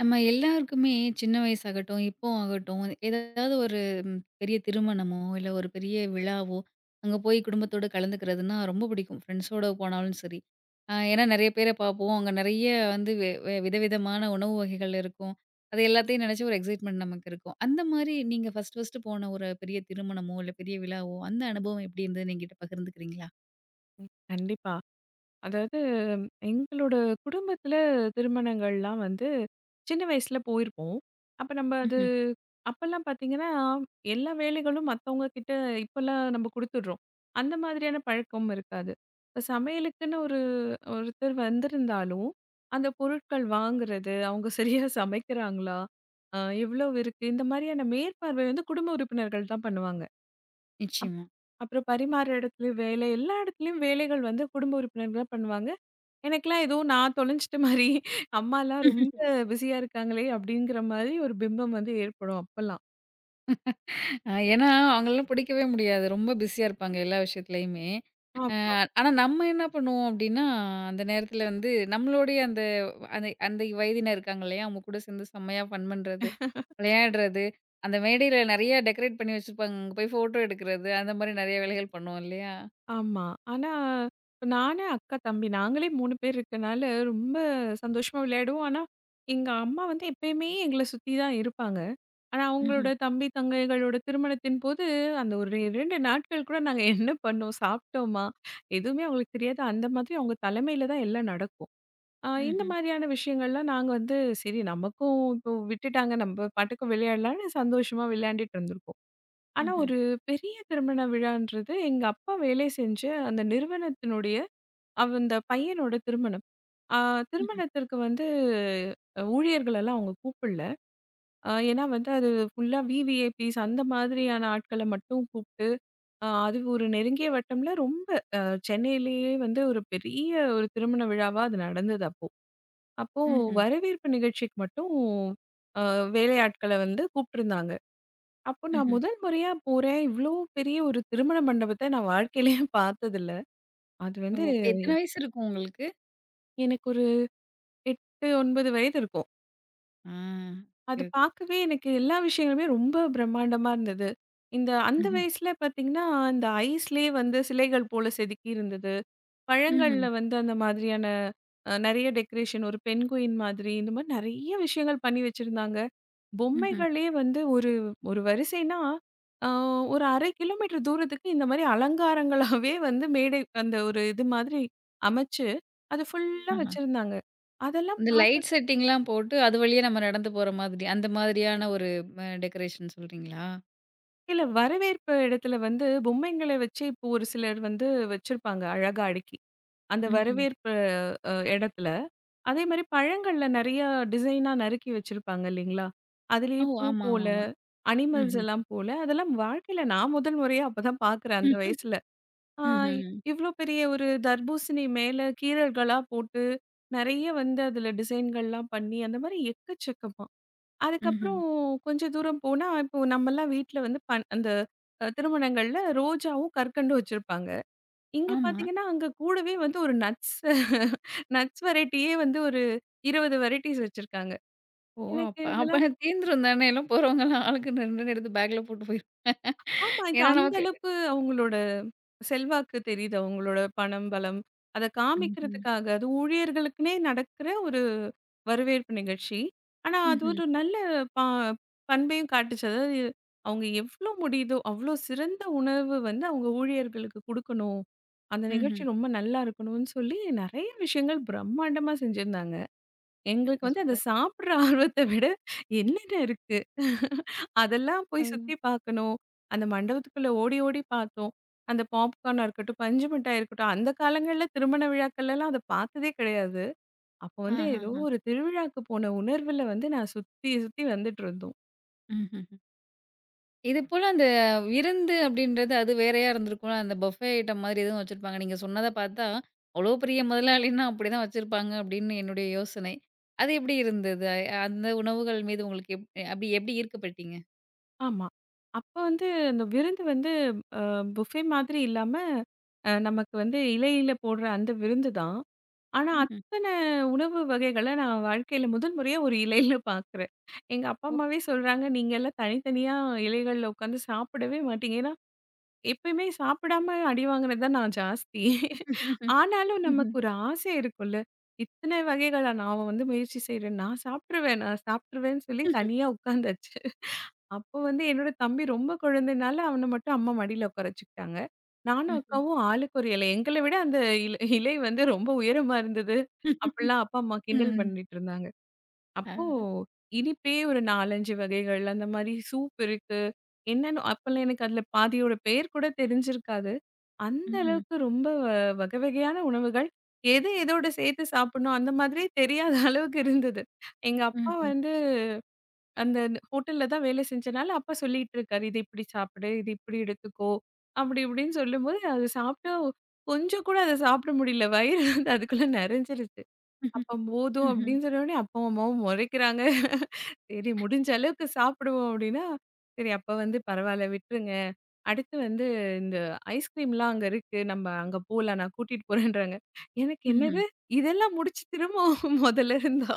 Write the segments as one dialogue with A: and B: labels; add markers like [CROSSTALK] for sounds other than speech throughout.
A: நம்ம எல்லாருக்குமே சின்ன வயசாகட்டும், இப்போ ஆகட்டும், ஏதாவது ஒரு பெரிய திருமணமோ, இல்ல ஒரு பெரிய விழாவோ, அங்க போய் குடும்பத்தோட கலந்துக்கிறதுன்னா ரொம்ப பிடிக்கும். ஃப்ரெண்ட்ஸோட போனாலும் சரி. ஏன்னா நெறைய பேர பார்ப்போம். அங்க நெறைய வந்து வெ வெ விதவிதமான உணவு வகைகள் இருக்கும். அது எல்லாத்தையும் நெனச்சு ஒரு எக்ஸைட்மெண்ட் நமக்கு இருக்கும். அந்த மாரி நீங்க ஃபர்ஸ்ட் ஃபர்ஸ்ட்டு போன ஒரு பெரிய திருமணமோ, இல்ல பெரிய விழாவோ, அந்த அனுபவம் எப்டி இருந்ததுன்னு என்கிட்ட பகிர்ந்துக்கிறீங்களா?
B: கண்டிப்பா. அதாவது, எங்களோட குடும்பத்தில திருமணங்கள்லாம் வந்து சின்ன வயசுல போயிருப்போம். அப்ப நம்ம அது
A: ம்ஹ்ம்.
B: அப்பல்லாம் பார்த்தீங்கன்னா, எல்லா வேலைகளும் மத்தவங்க கிட்ட இப்பல்லாம் நம்ம குடுத்துடுறோம். அந்த மாதிரியான பழக்கம் இருக்காது. இப்ப சமையலுக்குன்னு ஒருத்தர் வந்திருந்தாலும், அந்த பொருட்கள் வாங்குறது, அவங்க சரியா சமைக்கிறாங்களா? அ எவ்வளவு இருக்கு? இந்த மாதிரியான மேற்பார்வை வந்து குடும்ப உறுப்பினர்கள் தான் பண்ணுவாங்க. அப்
A: நிச்சயமா.
B: அப்புறம் பரிமாற இடத்துல வேலை, எல்லா இடத்துலயும் வேலைகள் வந்து குடும்ப உறுப்பினர்கள் தான் பண்ணுவாங்க. எனக்கெல்லாம் ஏதோ நான் தொலைஞ்சிட்ட மாரி, அம்மாலாம் ரொம்ப பிஸியா இருக்காங்களே! அப்டிங்கிற மாரி ஒரு பிம்பம் வந்து ஏற்படும் அப்பலாம்.
A: ஏன்னா, அவங்களலாம் பிடிக்கவே முடியாது. ரொம்ப பிஸியா இருப்பாங்க எல்லா விஷயத்துலயுமே. அ
B: ஆமா,
A: ஆனா நம்ம என்ன பண்ணுவோம் அப்டின்னா, அந்த நேரத்துல வந்து நம்மளுடைய அந்த அந்த அந்த வயதினர் இருக்காங்க இல்லையா? அவங்க கூட சேர்ந்து செம்மையா ஃபன் பண்றது, விளையாடுறது, அந்த மேடையில நெறைய டெக்கரேட் பண்ணி வச்சிருப்பாங்க. அங்க போய் ஃபோட்டோ எடுக்கிறது, அந்த மாரி நெறைய வேலைகள் பண்ணுவோம் இல்லையா?
B: ஆமா. ஆனா நானு, அக்கா, தம்பி நாங்களே 3 பேர் இருக்கனால ரொம்ப சந்தோஷமா விளையாடுவோம். ஆனா, எங்க அம்மா வந்து எப்பயுமே எங்கள சுத்தி தான் இருப்பாங்க. ஆனா, அவங்களோட
A: ம்ஹ்ம்,
B: தம்பி, தங்கைகளோட திருமணத்தின்போது அந்த ஒரு 2 நாட்கள் கூட நாங்க என்ன பண்ணோம், சாப்ட்டோமா, எதுவுமே அவங்களுக்கு தெரியாது. அந்த மாதிரி அவங்க தலைமையில தான் எல்லாம் நடக்கும். இந்த
A: ம்ஹ்ம்,
B: மாதிரியான விஷயங்கள்லாம் நாங்க வந்து, சரி நமக்கும் இப்போ விட்டுட்டாங்க. நம்ம பாட்டுக்கு விளையாடலாம்ன்னு சந்தோஷமா விளையாண்டுட்டு இருந்திருக்கோம். ஆனா
A: ம்ஹ்ம்,
B: ஒரு பெரிய திருமண விழான்றது எங்க அப்பா வேலை செஞ்ச அந்த நிறுவனத்தினுடைய அந்த பையனோட திருமணம். ஆ
A: ம்ஹ்ம்,
B: திருமணத்திற்கு வந்து ஊழியர்கள் எல்லாம் அவங்க கூப்பிடல. ஏன்னா வந்து அது ஃபுல்லா விவிஐபிஸ் அந்த மாதிரியான ஆட்கள மட்டும் கூப்பிட்டு, அது ஒரு நெருங்கிய வட்டம்ல ரொம்ப அ சென்னையிலேயே வந்து ஒரு பெரிய ஒரு திருமண விழாவா அது நடந்தது அப்போ. அப்போ
A: ம்ஹ்ம்,
B: வரவேற்பு நிகழ்ச்சிக்கு மட்டும் அ வேலையாட்கள வந்து கூப்ட்டுருந்தாங்க. அப்போ நான்
A: ம்ஹ்ம்.
B: முதல் முறையா போறேன். இவ்ளோ பெரிய ஒரு திருமண மண்டபத்த நான் வாழ்க்கையிலயே [LAUGHS] பார்த்ததில்ல. அது
A: ஓ!
B: வந்து
A: இப்ப எத்தன வயசு இருக்கும் உங்களுக்கு?
B: எனக்கு ஒரு 8, 9 வயது இருக்கும்.
A: ஆ.
B: அது
A: ஓகே.
B: பார்க்கவே எனக்கு எல்லா விஷயங்களுமே ரொம்ப பிரம்மாண்டமா இருந்தது. அந்த
A: ஓகே.
B: வயசுல பார்த்தீங்கன்னா, இந்த ஐஸ்லயே வந்து சிலைகள் போல செதுக்கி இருந்தது.
A: ம்ஹ்ம்,
B: பழங்கள்ல வந்து அந்த மாதிரியான நெறைய டெக்கரேஷன், ஒரு பென்குயின் மாதிரி இந்த மாரி நெறைய விஷயங்கள் பண்ணி வச்சிருந்தாங்க.
A: ம்ஹ்ம், ம்ஹ்ம்.
B: பொம்மைகளே வந்து ஒரு ஒரு வரிசைன்னா, அ ஒரு 1/2 கிலோமீட்டர் தூரத்துக்கு இந்த மாரி அலங்காரங்களாவே வந்து மேடை அந்த ஒரு இது மாதிரி அமைச்சு, அது ஃபுல்லா
A: ஆஹ.
B: வச்சிருந்தாங்க. அதெல்லாம்
A: இந்த லைட்
B: பார்க்கயில
A: செட்டிங்லாம் போட்டு, அது வழியா நம்ம நடந்து போற மாதிரி, அந்த மாதிரியான ஒரு டெக்கரேஷன் சொல்றீங்களா?
B: வரவேற்பு இடத்துல வந்து பொம்மைங்கள வச்சு இப்போ ஒரு சிலர் வந்து வச்சிருப்பாங்க, அழகா அடுக்கி. அந்த
A: ம்ஹ்ம்.
B: வரவேற்பு இடத்துல, அதே மாரி பழங்கள்ல நெறைய டிசைனா நறுக்கி வச்சிருப்பாங்க இல்லைங்களா?
A: ஓ!
B: அதுலயே பூ
A: ஆமா, ஆமா,
B: போல,
A: ஆமா.
B: அனிமல்ஸ்
A: ம்ஹ்ம்.
B: எல்லாம் போல, அதெல்லாம் வாழ்க்கையில நான் முதல் முறையா அப்பதான் பார்க்குறேன் அந்த
A: [LAUGHS]
B: வயசுல. ஆ
A: ம்ஹ்ம்.
B: இவ்ளோ பெரிய ஒரு தர்பூசணி மேல கீறல்களா போட்டு, நெறைய வந்து அதுல டிசைன்கள்லாம் பண்ணி, அந்த மாரி எக்கச்சக்கமா.
A: ம்ஹ்ம்.
B: அதுக்கப்புறம் கொஞ்சம் தூரம் போனா, இப்போ நம்மலாம் வீட்ல வந்து அந்த திருமணங்கள்ல ரோஜாவும், கற்கண்டும் வச்சிருப்பாங்க. இங்க
A: ஆமா.
B: பார்த்தீங்கன்னா, அங்க கூடவே வந்து ஒரு நட்ஸ் நட்ஸ் வெரைட்டியே வந்து ஒரு 20 வெரைட்டிஸ் வச்சிருக்காங்க.
A: ஓ!
B: எனக்கு
A: அப்ப அப்ப
B: இதெல்லாம்
A: தீந்துரும் தானே! எல்லாம் போறவங்கலாம் ஆளுக்கு 2, 2 எடுத்து பேக்ல போட்டு போயிருவாங்க.
B: ஆமா. இது
A: ஏன்னா
B: அந்த
A: நமக்கு
B: அளவுக்கு அவங்களோட செல்வாக்கு தெரியுது. அவங்களோட பணம், பலம் அத
A: ம்ஹ்ம்.
B: காமிக்கிறதுக்காக அது ஊழியர்களுக்குன்னே நடக்கிற ஒரு வரவேற்பு நிகழ்ச்சி. ஆனா, அது
A: ம்ஹ்ம்.
B: ஒரு நல்ல ப பண்பையும் காட்டுச்சு. அதாவது, அவங்க எவ்ளோ முடியுதோ, அவ்ளோ சிறந்த உணவு வந்து அவங்க ஊழியர்களுக்கு குடுக்கணும். அந்த
A: ம்ஹ்ம்.
B: நிகழ்ச்சி ரொம்ப நல்லா இருக்கணும்னு சொல்லி நெறைய விஷயங்கள் பிரம்மாண்டமா செஞ்சிருந்தாங்க. எங்களுக்கு
A: சூப்பர்,
B: வந்து அத
A: சூப்பர்.
B: சாப்பிடுற ஆர்வத்த விட என்னென்ன இருக்கு? அதெல்லாம்
A: ஓ!
B: போய் சுத்தி பார்க்கணும். அந்த மண்டபத்துக்குள்ள ஓடி, ஓடி பார்த்தோம். அந்த பாப்கார்னா இருக்கட்டும், பஞ்சு மிட்டாய் இருக்கட்டும், அந்த காலங்கள்ல திருமண விழாக்கள்லலாம் அத பார்த்ததே கிடையாது. அப்ப வந்து ஏதோ
A: ஆஹஹ.
B: ஒரு திருவிழாக்கு போன உணர்வுல வந்து நான் சுத்தி, சுத்தி வந்துட்டுருந்தோம்.
A: ம்ஹ்ம். இதுபோல அந்த விருந்து அப்படின்றது அது வேறையா இருந்திருக்கும்ல. அந்த பஃபே ஐட்டம் மாதிரி எதுவும் வச்சிருப்பாங்க. நீங்க சொன்னத பார்த்தா, அவ்ளோ பெரிய முதலாளின்னா அப்படிதான் வச்சிருப்பாங்க அப்படின்னு என்னுடைய யோசனை. அது எப்படி இருந்தது? அந்த உணவுகள் மீது உங்களுக்கு அப்படி எப்படி ஈர்க்கப்பட்டீங்க?
B: ஆமா. அப்ப வந்து அந்த விருந்து வந்து அ புஃபே மாதிரி இல்லாம, நமக்கு வந்து இலையில போடுற அந்த விருந்து தான். ஆனா,
A: ம்ஹ்ம்.
B: அத்தன உணவு வகைகள நான் வாழ்க்கையில முதல் முறையா ஒரு இலையில பார்க்குறேன். எங்க அப்பா,
A: ஓ!
B: அம்மாவே சொல்றாங்க, "நீங்கலாம் தனித்தனியா இலைகள்ல உட்காந்து சாப்பிடவே மாட்டீங்க." ஏன்னா, எப்பயுமே சாப்பிடாம அடி வாங்குனது தான் நான் ஜாஸ்தி. ஆனாலும்
A: ம்ஹ்ம்.
B: நமக்கு ஒரு ஆசை இருக்கும்ல. இத்தன வகைகளா நான் வந்து முயற்சி செய்றேன். நான் சாப்ட்டுருவேன், நான் சாப்ட்டுருவேன்னு சொல்லி
A: ம்ஹ்ம்.
B: தனியா உட்காந்தாச்சு. அப்போ வந்து என்னோட தம்பி ரொம்ப குழந்தைனால அவன மட்டும் அம்மா மடியில உட்கார வச்சுக்கிட்டாங்க. நானும்
A: ம்ஹ்ம்.
B: அக்காவும் ஆளுக்கு ஒரு இலை. எங்கள விட அந்த இலை வந்து ரொம்ப உயரமா இருந்தது. அப்படிலாம் அப்பா, அம்மா கிண்டல்
A: ம்ஹ்ம்.
B: பண்ணிட்டு இருந்தாங்க. அப்போ
A: ஆ.
B: இனிப்பே ஒரு 4, 5 வகைகள் அந்த மாரி சூப் இருக்கு. என்னன்னு அப்பலாம் எனக்கு அதுல பாதியோட பேர் கூட தெரிஞ்சிருக்காது. அந்த
A: ம்ஹ்ம்.
B: அளவுக்கு ரொம்ப வகை வகையான உணவுகள். எது எதோட சேர்த்து சாப்பிடணும் அந்த மாதிரியே தெரியாத அளவுக்கு இருந்தது. எங்க அப்பா
A: ம்ஹ்ம்.
B: வந்து அந்த ஹோட்டல்ல தான் வேலை செஞ்சனால, அப்பா சொல்லிட்டு இருக்காரு. "இது இப்படி சாப்பிடு, இது இப்படி எடுத்துக்கோ." அப்படி இப்படின்னு சொல்லும்போது, அது சாப்பிட்டா கொஞ்சம் கூட அத சாப்பிட முடியல. வயிறு வந்து அதுக்குள்ள நெறஞ்சிருச்சு.
A: ம்ஹ்ம்.
B: அப்ப போதும்
A: ம்ஹ்ம்.
B: அப்படின்னு சொன்னோனே, அப்பாவும் அம்மாவும் முறைக்கிறாங்க. சரி முடிஞ்ச அளவுக்கு சாப்பிடுவோம் அப்படின்னா, சரி அப்ப வந்து பரவால்ல விட்டுருங்க. அடுத்து வந்து இந்த ஐஸ்கிரீம்லாம் அங்க இருக்கு. நம்ம அங்க போலாம். நான் கூட்டிட்டு போறேன்றாங்க. எனக்கு
A: ம்ஹ்ம்.
B: என்னது இதெல்லாம் முடிச்சு திரும்பவும் முதல்ல இருந்தா?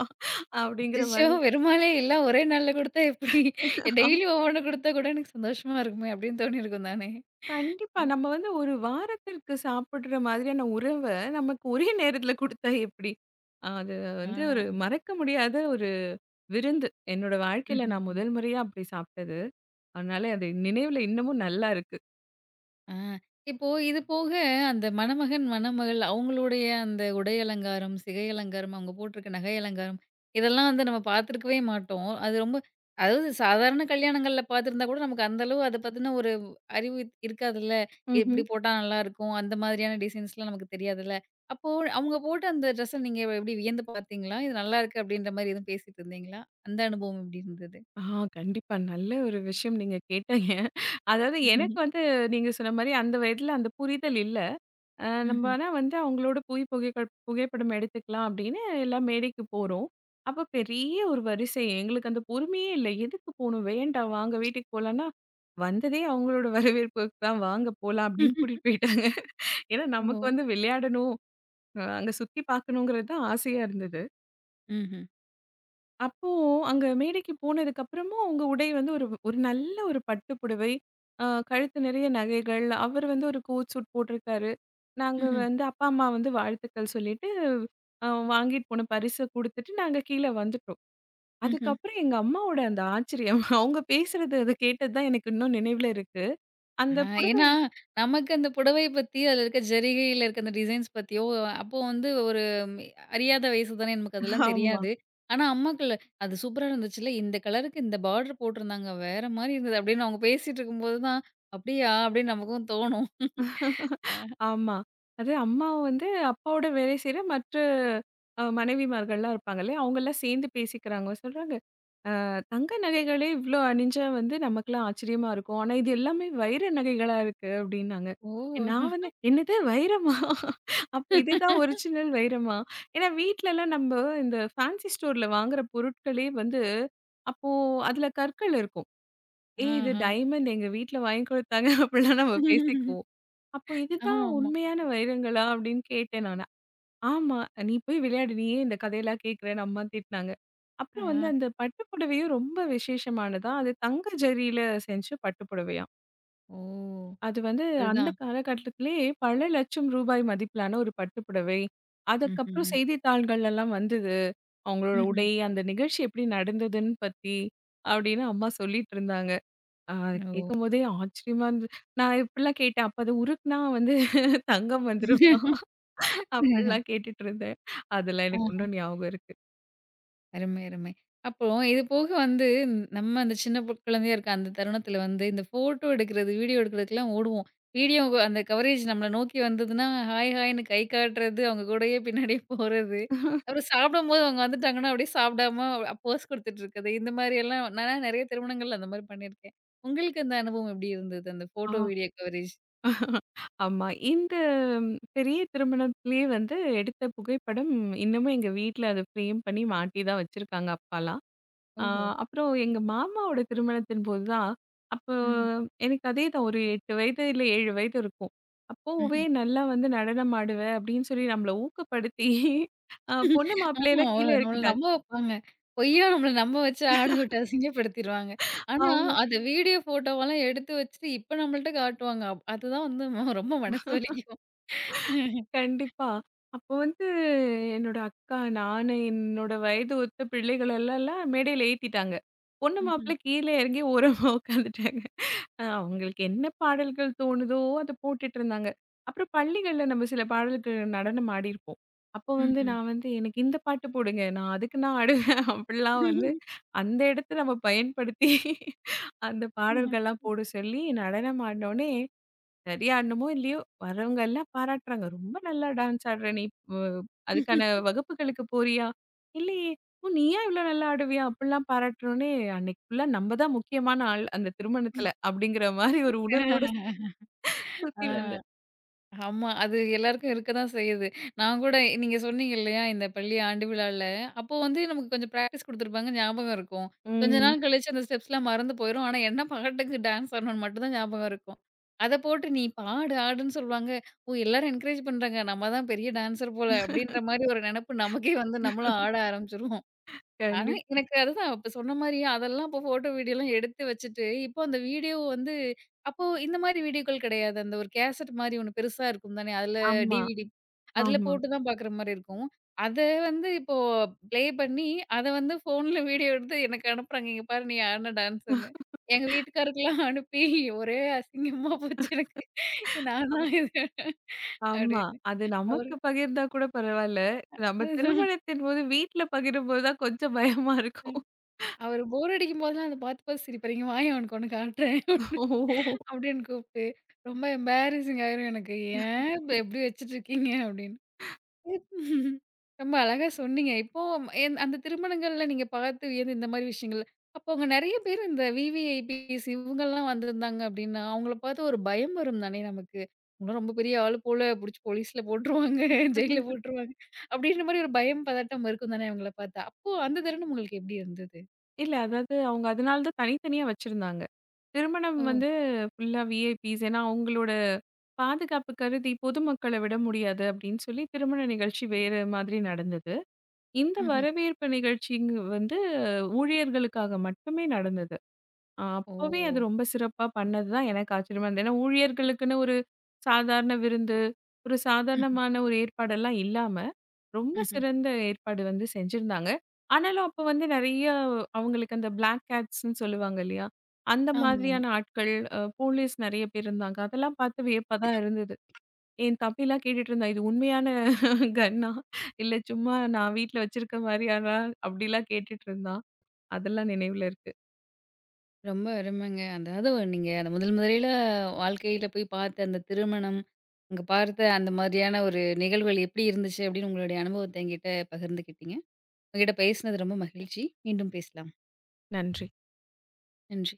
B: அப்படிங்கிற
A: அச்சச்சோ! வெறுமனே எல்லாம் ஒரே நாள்ல குடுத்தா எப்படி? டெய்லி
B: மாதிரி.
A: ஒவ்வொண்ணு குடுத்தா கூட எனக்கு சந்தோஷமா இருக்குமே அப்படின்னு தோணியிருக்கும் தானே?
B: கண்டிப்பா. நம்ம வந்து ஒரு வாரத்திற்கு சாப்பிடுற மாதிரியான உணவ நமக்கு ஒரே நேரத்துல குடுத்தா எப்படி? அது
A: ஆ.
B: வந்து ஒரு மறக்க முடியாத ஒரு விருந்து. என்னோட வாழ்க்கையில நான்
A: ம்ஹ்ம்.
B: முதல் முறையா அப்படி சாப்பிட்டது. அதனால அது நினைவுல இன்னமும் நல்லா இருக்கு.
A: ஆ, இப்போ இது போக அந்த மணமகன், மணமகள் அவங்களுடைய அந்த உடை அலங்காரம், சிகை அலங்காரம், அவங்க போட்டிருக்க நகை அலங்காரம், இதெல்லாம் வந்து நம்ம பார்த்துருக்கவே மாட்டோம். அது ரொம்ப அதாவது சாதாரண கல்யாணங்கள்ல பார்த்துருந்தா கூட நமக்கு அந்த அளவு அத பத்தின ஒரு அறிவு இருக்காதுல்ல. எப்படி
B: ம்ஹ்ம்.
A: போட்டா நல்லாயிருக்கும், அந்த மாதிரியான டிசைன்ஸ்லாம் நமக்கு தெரியாதுல்ல. அப்போ அவங்க போட்ட அந்த ட்ரெஸ்ஸ நீங்க எப்படி வியந்து பார்த்தீங்களா? இது நல்லாயிருக்கு அப்படின்ற மாரி எதுவும் பேசிட்டு இருந்தீங்களா? அந்த அனுபவம் எப்படி இருந்தது?
B: ஆ கண்டிப்பா. நல்ல ஒரு விஷயம் நீங்க கேட்டீங்க. அதாவது, எனக்கு வந்து நீங்க சொன்ன மாரி அந்த வயதில அந்த புரிதல் இல்ல.
A: [LAUGHS]
B: நம்ம
A: ம்ஹ்ம்.
B: ஆனா வந்து அவங்களோட போய் புகைப்படம் எடுத்துக்கலாம் அப்படின்னு எல்லாம் மேடைக்கு போறோம். அப்ப பெரிய ஒரு வரிசை. எங்களுக்கு அந்த பொறுமையே இல்ல. எதுக்கு போணும்? வேண்டாம் வாங்க வீட்டுக்கு போலான்னா, வந்ததே அவங்களோட [LAUGHS] வரவேற்புக்கு தான் வாங்க போலாம் அப்படின்னு கூட்டிட்டு போயிட்டாங்க. ஏன்னா
A: ஓ!
B: நமக்கு வந்து விளையாடணும், அங்க சுத்தி பார்க்கணுங்கிறது தான் ஆசையா இருந்தது.
A: ம்ஹ்ம்.
B: அப்போ அங்க மேடைக்கு போனதுக்கு அப்புறமும் உங்க உடை வந்து ஒரு ஒரு நல்ல ஒரு பட்டு புடவை, கழுத்து நிறைய நகைகள், அவர் வந்து ஒரு கோட் சூட் போட்டிருக்காரு. நாங்க
A: ம்ஹ்ம்.
B: வந்து அப்பா, அம்மா வந்து வாழ்த்துக்கள் சொல்லிட்டு, அ வாங்கிட்டு போன பரிச குடுத்துட்டு நாங்க கீழ வந்துட்டோம்.
A: ம்ஹ்ம்.
B: அதுக்கப்புறம் எங்க அம்மாவோட அந்த ஆச்சரியம். [LAUGHS] அவங்க பேசுறது அத கேட்டது தான் எனக்கு இன்னும் நினைவுல இருக்கு. அந்த
A: ஆ,
B: புடவை
A: ஏன்னா, நமக்கு அந்த புடவைய பத்தி, அதுல இருக்க ஜரிகையில இருக்க அந்த டிசைன்ஸ் பத்தியோ, அப்போ வந்து ஒரு ம் அறியாத வயசு தானே, நமக்கு
B: [LAUGHS]
A: அதெல்லாம்
B: ஆமா,
A: தெரியாது. ஆனா, அம்மாக்கள் "அது சூப்பரா இருந்துச்சுல்ல, இந்த கலருக்கு இந்த பார்டர் போட்டிருந்தாங்க, வேற மாரி இருந்தது" அப்படின்னு அவங்க பேசிட்டு இருக்கும்போது தான், "அப்படியா?" அப்படின்னு நமக்கும் தோணும்.
B: ஆமா. அது அம்மா வந்து அப்பாவோட வேலை செய்ற மற்ற மனைவிமார்கள்லாம் இருப்பாங்க இல்லையா? அவங்கலாம் சேர்ந்து பேசிக்கிறாங்க. சொல்றாங்க, தங்க நகைகளே இவ்ளோ அணிஞ்சா வந்து நமக்கெல்லாம் ஆச்சரியமா இருக்கும். ஆனா, இது எல்லாமே வைர நகைகளா இருக்கு அப்டின்னாங்க.
A: ஓ!
B: நான் வந்து என்னது வைரமா? [LAUGHS] அப்ப இதுதான் ஒரிஜினல் வைரமா? ஏன்னா வீட்லலாம் நம்ப இந்த ஃபேன்சி ஸ்டோர்ல வாங்குற பொருட்களே வந்து அப்போ அதுல கற்கள் இருக்கும். ஏய் இது
A: ஆஹா.
B: டைமண்ட் எங்க வீட்ல வாங்கி குடுத்தாங்க அப்டிலாம் [LAUGHS] நம்ம பேசிக்குவோம். அப்போ இதுதான்
A: ஆமாமா.
B: உண்மையான வைரங்களா? அப்டின்னு கேட்டேன் நானு. ஆமா. "நீ போய் விளையாடு. நீ ஏன் இந்த கதையெல்லாம் கேட்கிறன்னு?" அம்மா திட்டினாங்க.
A: ஆ.
B: அப்புறம் வந்து அந்த பட்டு புடவையும் ரொம்ப விசேஷமானதா. அது தங்க ஜரியில செஞ்ச பட்டு புடவையாம்.
A: ஓ!
B: அது வந்து அந்த
A: அதுதான்.
B: காலகட்டத்திலேயே பல லட்சம் ரூபாய் மதிப்பிலான ஒரு பட்டு புடவை. அதுக்கப்புறம்
A: ம்ஹ்ஹ்ம்.
B: செய்தித்தாள்கள்லாம் வந்தது. அவங்களோட
A: ம்ஹ்ம்.
B: உடை, அந்த நிகழ்ச்சி எப்படி நடந்ததுன்னு பத்தி அப்படின்னு அம்மா சொல்லிட்டு இருந்தாங்க. அ
A: ஓ!
B: கேட்கும்போதே ஆச்சரியமா இருந்தது. நான் இப்படிலாம் கேட்டேன். "அப்ப அது உருக்குனா வந்து தங்கம் வந்துருமா?"
A: [LAUGHS]
B: அப்படிலாம் கேட்டுட்டு இருந்தேன். அதெல்லாம் எனக்கு இன்னும் ஞாபகம் இருக்கு.
A: அருமை, அருமை. அப்போ இது போக வந்து நம்ம அந்த சின்ன குழந்தையா இருக்க அந்த தருணத்தில வந்து இந்த ஃபோட்டோ எடுக்கிறது, வீடியோ எடுக்கிறதுக்கெல்லாம் ஓடுவோம். வீடியோ அந்த கவரேஜ் நம்மள நோக்கி வந்ததுன்னா, ஹாய் ஹாய்ன்னு கை காட்டுறது, அவங்க கூடயே பின்னாடியே போறது. அப்புறம் சாப்பிடும்போது அவங்க வந்துட்டாங்கன்னா, அப்படியே சாப்பிடாம போஸ் குடுத்துட்டு இருக்கிறது. இந்த மாரியெல்லாம் நான் நெறைய திருமணங்கள்ல அந்த மாரி பண்ணியிருக்கேன். உங்களுக்கு அந்த அனுபவம் எப்படி இருந்தது? அந்த
B: ஆ
A: ஃபோட்டோ, வீடியோ கவரேஜ்?
B: ஆமா. இந்த ம், பெரிய திருமணத்திலேயே வந்து எடுத்த புகைப்படம் இன்னமும் எங்க வீட்ல அத ஃப்ரேம் பண்ணி மாட்டி தான் வச்சிருக்காங்க அப்பாலாம். ஆ
A: ஓஹோ!
B: அப்புறம் எங்க மாமாவோட திருமணத்தின் போது தான், அப்போ
A: ம்ஹ்ம்.
B: எனக்கு அதே தான் ஒரு 8 வயது இல்ல 7 வயது இருக்கும். அப்போவே
A: ம்.
B: நல்லா வந்து நடனம் ஆடுவ அப்படின்னு சொல்லி நம்மள ஊக்கப்படுத்தி, பொண்ணு
A: ஆமா.
B: மாப்பிள்ளையெல்லாம்
A: ஒரு
B: கீழ
A: நம்மள
B: இறக்கிட்டாங்க.
A: நம்ப வைப்பாங்க. பொய்யா நம்மள நம்ப வச்சு ஆட விட்டு அசிங்கப்படுத்திருவாங்க. ஆனா,
B: ஆமா.
A: அது வீடியோ ஃபோட்டோவெல்லாம் எடுத்து வச்சுட்டு இப்ப நம்மள்ட்ட காட்டுவாங்க. அதுதான் வந்து ரொம்ப மனசு வலிக்கும். [LAUGHS]
B: கண்டிப்பா. அப்போ வந்து என்னோட அக்கா, நானு, என்னோட வயது ஒத்த பிள்ளைகள் எல்லாம் மேடையில ஏத்திட்டாங்க. பொண்ணு
A: ம்ஹ்ம்.
B: மாப்பிள்ளை கீழ இறங்கி ஓரமா உட்காந்துட்டாங்க. அவங்களுக்கு என்ன பாடல்கள் தோணுதோ அத போட்டுட்டு இருந்தாங்க. அப்புறம் பள்ளிகள்ல நம்ம சில பாடலுக்கு நடனம் ஆடியிருப்போம். அப்போ வந்து
A: ம்ஹ்ம்.
B: நான் வந்து எனக்கு இந்த பாட்டு போடுங்க. நான் ஆடுவேன். [LAUGHS] அப்படிலாம் வந்து அந்த இடத்த நம்ம பயன்படுத்தி அந்த
A: ம்ஹ்ம்.
B: பாடல்கள்லாம் போட சொல்லி நடனம் ஆடினோனே சரியா ஆடணுமோ! இல்லையோ! வரவங்க எல்லாம் பாராட்டுறாங்க. "ரொம்ப நல்லா டான்ஸ் ஆடுற நீ. வ அதுக்கான வகுப்புகளுக்கு போறியா?" "இல்லையே!" "ஓ! நீயா இவ்ளோ நல்லா ஆடுவியா?" அப்படிலாம் பாராட்டுனோனே, அன்னைக்கு ஃபுல்லா நம்ம தான் முக்கியமான ஆள் அந்த திருமணத்துல. அப்படிங்கிற மாரி ஒரு உணர்வோட சுத்தி
A: ஆ.
B: வந்தேன்.
A: ஆமா. அது எல்லாருக்கும் இருக்க தான் செய்யுது. நான் கூட நீங்க சொன்னீங்க இல்லையா? இந்த பள்ளி ஆண்டு விழால, அப்போ வந்து நமக்கு கொஞ்சம் பிராக்டிஸ் குடுத்துருப்பாங்க. ஞாபகம் இருக்கும். கொஞ்ச
B: ம்.
A: நாள் கழிச்சு அந்த ஸ்டெப்ஸ்லாம் மறந்து போயிரும். ஆனா, என்ன பாட்டுக்கு டான்ஸ் ஆடணும்னு மட்டும் தான் ஞாபகம் இருக்கும். அத போட்டு நீ பாடு, ஆடுன்னு சொல்லுவாங்க. ஓ! எல்லாரும் என்கரேஜ் பண்றாங்க. நம்ம தான் பெரிய டான்ஸர் போல, அப்படின்ற மாரி ஒரு நெனப்பு நமக்கே வந்து நம்மளும் ஆட ஆரம்பிச்சுருவோம். ஆனா,
B: கண்டிப்
A: எனக்கு அதுதான் இப்ப சொன்ன மாரியே அதெல்லாம் அப்போ ஃபோட்டோ, வீடியோலாம் எடுத்து வச்சுட்டு, இப்போ அந்த வீடியோ வந்து அப்போ இந்த மாரி வீடியோக்கள் கிடையாது. அந்த ஒரு கேசட் மாரி ஒண்ணு பெருசா இருக்கும் தானே! அதுல
B: ஆமா,
A: டிவிடி அதுல
B: ஆமா,
A: போட்டு தான் பார்க்குற மாரி இருக்கும். அத வந்து இப்போ ப்ளே பண்ணி, அத வந்து ஃபோன்ல வீடியோ எடுத்து எனக்கு அனுப்புறாங்க. "இங்க பாரு நீ ஆடுன டான்ஸுன்னு." எங்க வீட்டுக்காருக்கெல்லாம் அனுப்பி ஒரே அசிங்கமா போச்சு எனக்கு. நானா இது?
B: ஆமா.
A: அப்படின்னு.
B: அது
A: அவரு
B: நமக்கு பகிர்ந்தா கூட பரவால்ல.
A: [LAUGHS]
B: நம்ம
A: அதுதான்.
B: திருமணத்தின்போது வீட்ல பகிரும்போது தான் கொஞ்சம் பயமா இருக்கும்.
A: அவரு போர் அடிக்கும்போதெல்லாம் அத பார்த்து பார்த்து சிரிப்பாரு. "இங்க வாயேன் உனக்கு ஒண்ணு காட்டுறேன்."
B: ஓ!
A: அப்படின்னு கூப்பிட்டு, ரொம்ப எம்பாரஸிங் ஆயிரும் எனக்கு. "ஏன் இப்ப இப்படி வச்சுட்டுருக்கீங்க?" அப்படின்னு. ரொம்ப அழகா சொன்னீங்க. இப்போ என் அந்த திருமணங்கள்ல நீங்க பார்த்து வியந்த இந்த மாரி விஷயங்கள். அப்போ அங்க நெறைய பேர் இந்த விவிஐபிஸ் இவங்கலாம் வந்திருந்தாங்க அப்படின்னா, அவங்கள பார்த்து ஒரு பயம் வரும் தானே நமக்கு. இவங்கலாம் ரொம்ப பெரிய ஆளு போல, புடிச்சு போலீஸ்ல போட்டுருவாங்க, [LAUGHS] ஜெயில்ல போட்டுருவாங்க. அப்படின்ற மாரி ஒரு பயம், பதட்டம் இருக்கும் தானே அவங்கள பார்த்தா. அப்போ அந்த தருணம் உங்களுக்கு எப்படி இருந்தது?
B: இல்ல. அதாவது, அவங்க அதனால தான் தனித்தனியா வச்சிருந்தாங்க. திருமணம்
A: ஓ!
B: வந்து ஃபுல்லா விஐபிஸ். ஏன்னா, அவங்களோட பாதுகாப்பு கருதி பொதுமக்கள விட முடியாது அப்படின்னு சொல்லி திருமண நிகழ்ச்சி வேற மாதிரி நடந்தது. இந்த
A: ம்ஹ்ம்.
B: வரவேற்பு நிகழ்ச்சிங்க வந்து ஊழியர்களுக்காக மட்டுமே நடந்தது.
A: ஓ!
B: அப்பவே அது ரொம்ப சிறப்பா பண்ணது தான் எனக்கு ஆச்சரியமா இருந்தது. ஏன்னா, ஊழியர்களுக்குன்னு ஒரு சாதாரண விருந்து, ஒரு
A: ம்ஹ்ம்,
B: சாதாரணமான ஒரு ஏற்பாடெல்லாம் இல்லாம ரொம்ப
A: ம்ஹ்ம்.
B: சிறந்த ஏற்பாடு வந்து செஞ்சிருந்தாங்க. ஆனாலும் அப்ப வந்து நெறைய அவங்களுக்கு அந்த பிளாக் கேட்ஸ்ன்னு சொல்லுவாங்க இல்லையா? அந்த
A: ஆமா.
B: மாதிரியான ஆட்கள், போலீஸ் நெறைய பேர் இருந்தாங்க. அதெல்லாம் பார்த்து வியப்பா தான் இருந்தது. என் தம்பிலாம் கேட்டுட்டு இருந்தான். இது உண்மையான கன்னா? இல்ல சும்மா நான் வீட்ல வச்சிருக்க மாரியானா? அப்படிலாம் கேட்டுட்டு இருந்தான். அதெல்லாம் நினைவுல இருக்கு.
A: ரொம்ப அருமைங்க. அதாவது ஒரு நீங்க அந்த முதல் முதலில வாழ்க்கையில போய் பார்த்த அந்த திருமணம், அங்க பார்த்த அந்த மாதிரியான ஒரு நிகழ்வுகள் எப்படி இருந்துச்சு? அப்படின்னு உங்களுடைய அனுபவத்த என்கிட்ட பகிர்ந்துக்கிட்டீங்க. உங்ககிட்ட பேசினது ரொம்ப மகிழ்ச்சி. மீண்டும் பேசலாம்.
B: நன்றி.
A: நன்றி.